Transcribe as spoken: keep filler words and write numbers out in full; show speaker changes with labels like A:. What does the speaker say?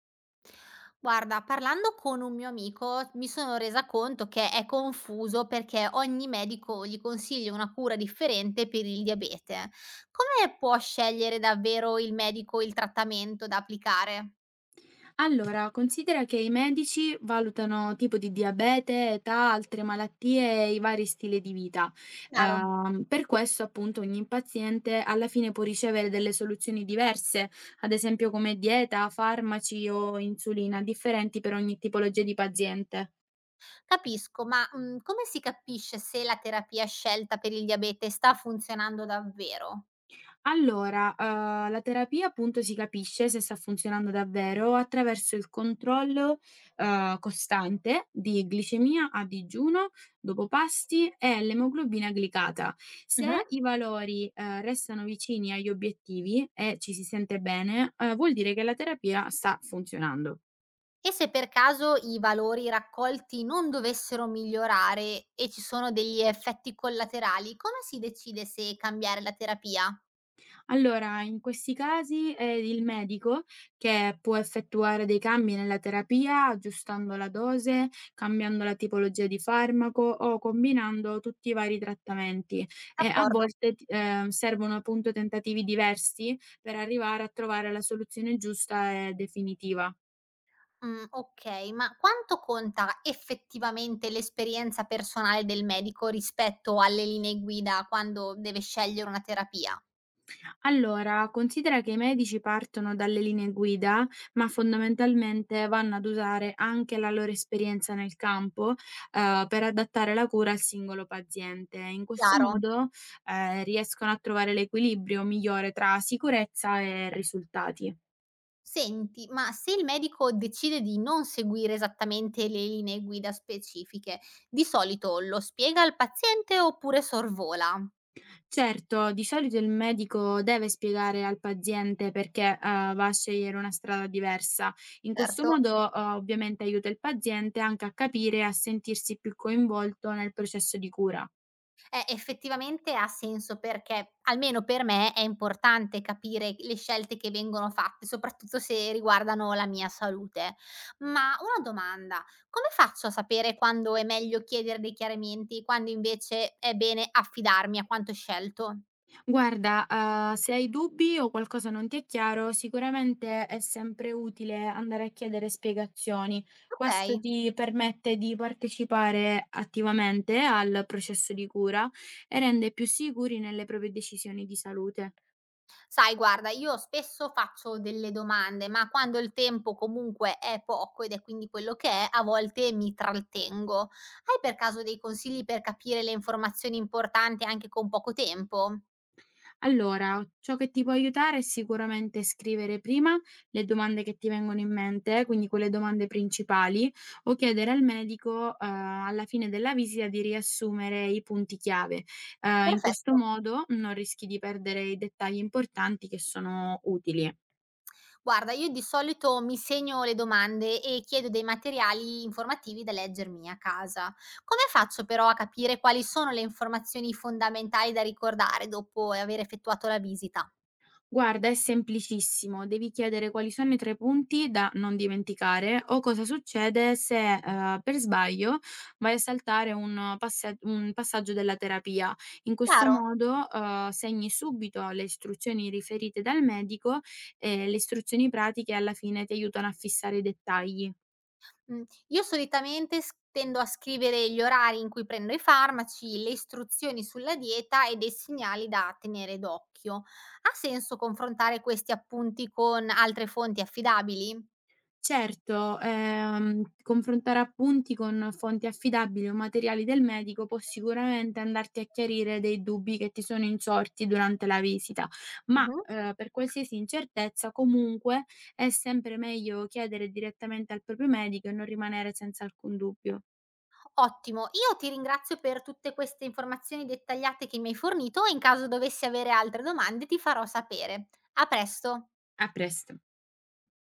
A: Guarda, parlando con un mio amico mi sono resa conto che è confuso perché ogni medico gli consiglia una cura differente per il diabete. Come può scegliere davvero il medico il trattamento da applicare?
B: Allora, considera che i medici valutano tipo di diabete, età, altre malattie e i vari stili di vita.
A: Chiaro,
B: Ehm, per questo, appunto, ogni paziente alla fine può ricevere delle soluzioni diverse, ad esempio come dieta, farmaci o insulina, differenti per ogni tipologia di paziente.
A: capisco, ma mm, come si capisce se la terapia scelta per il diabete sta funzionando davvero?
B: Allora, uhm, la terapia appunto si capisce se sta funzionando davvero attraverso il controllo, uhm, costante di glicemia a digiuno, dopo pasti e l'emoglobina glicata. Se i valori, uhm, restano vicini agli obiettivi e ci si sente bene, uhm, vuol dire che la terapia sta funzionando.
A: E se per caso i valori raccolti non dovessero migliorare e ci sono degli effetti collaterali, come si decide se cambiare la terapia?
B: Allora, in questi casi è il medico che può effettuare dei cambi nella terapia, aggiustando la dose, cambiando la tipologia di farmaco o combinando tutti i vari trattamenti. E a
A: D'accordo.
B: volte ti- eh, servono appunto tentativi diversi per arrivare a trovare la soluzione giusta e definitiva.
A: Mm, ok, ma quanto conta effettivamente l'esperienza personale del medico rispetto alle linee guida quando deve scegliere una terapia?
B: Allora, considera che i medici partono dalle linee guida, ma fondamentalmente vanno ad usare anche la loro esperienza nel campo, eh, per adattare la cura al singolo paziente. In questo
A: Chiaro.
B: modo, eh, riescono a trovare l'equilibrio migliore tra sicurezza e risultati.
A: Senti, ma se il medico decide di non seguire esattamente le linee guida specifiche, di solito lo spiega al paziente oppure sorvola?
B: Certo, di solito il medico deve spiegare al paziente perché, eh, va a scegliere una strada diversa. In questo
A: Certo,
B: modo, eh, ovviamente aiuta il paziente anche a capire e a sentirsi più coinvolto nel processo di cura.
A: eh, effettivamente ha senso perché, almeno per me, è importante capire le scelte che vengono fatte, soprattutto se riguardano la mia salute. Ma una domanda, come faccio a sapere quando è meglio chiedere dei chiarimenti, quando invece è bene affidarmi a quanto scelto?
B: Guarda, eh, se hai dubbi o qualcosa non ti è chiaro, sicuramente è sempre utile andare a chiedere spiegazioni. Questo
A: Ok.
B: ti permette di partecipare attivamente al processo di cura e rende più sicuri nelle proprie decisioni di salute.
A: Sai guarda, io spesso faccio delle domande, ma quando il tempo comunque è poco ed è quindi quello che è, a volte mi trattengo. Hai per caso dei consigli per capire le informazioni importanti anche con poco tempo?
B: Allora, ciò che ti può aiutare è sicuramente scrivere prima le domande che ti vengono in mente, quindi quelle domande principali, o chiedere al medico, eh, alla fine della visita di riassumere i punti chiave. Eh, in questo
A: Perfetto.
B: modo non rischi di perdere i dettagli importanti che sono utili.
A: Guarda, io di solito mi segno le domande e chiedo dei materiali informativi da leggermi a casa. Come faccio però a capire quali sono le informazioni fondamentali da ricordare dopo aver effettuato la visita?
B: Guarda, è semplicissimo, devi chiedere quali sono i tre punti da non dimenticare o cosa succede se, ehm, per sbaglio vai a saltare un passa un passaggio della terapia. In questo
A: Chiaro?
B: modo, ehm, segni subito le istruzioni riferite dal medico e le istruzioni pratiche alla fine ti aiutano a fissare i dettagli.
A: Mh, io solitamente s tendo a scrivere gli orari in cui prendo i farmaci, le istruzioni sulla dieta e dei segnali da tenere d'occhio. Ha senso confrontare questi appunti con altre fonti affidabili?
B: Certo, ehm, confrontare appunti con fonti affidabili o materiali del medico può sicuramente andarti a chiarire dei dubbi che ti sono insorti durante la visita, ma
A: Mh-mh.
B: eh, per qualsiasi incertezza comunque è sempre meglio chiedere direttamente al proprio medico e non rimanere senza alcun dubbio.
A: Ottimo, io ti ringrazio per tutte queste informazioni dettagliate che mi hai fornito e in caso dovessi avere altre domande ti farò sapere. A presto.
B: A presto.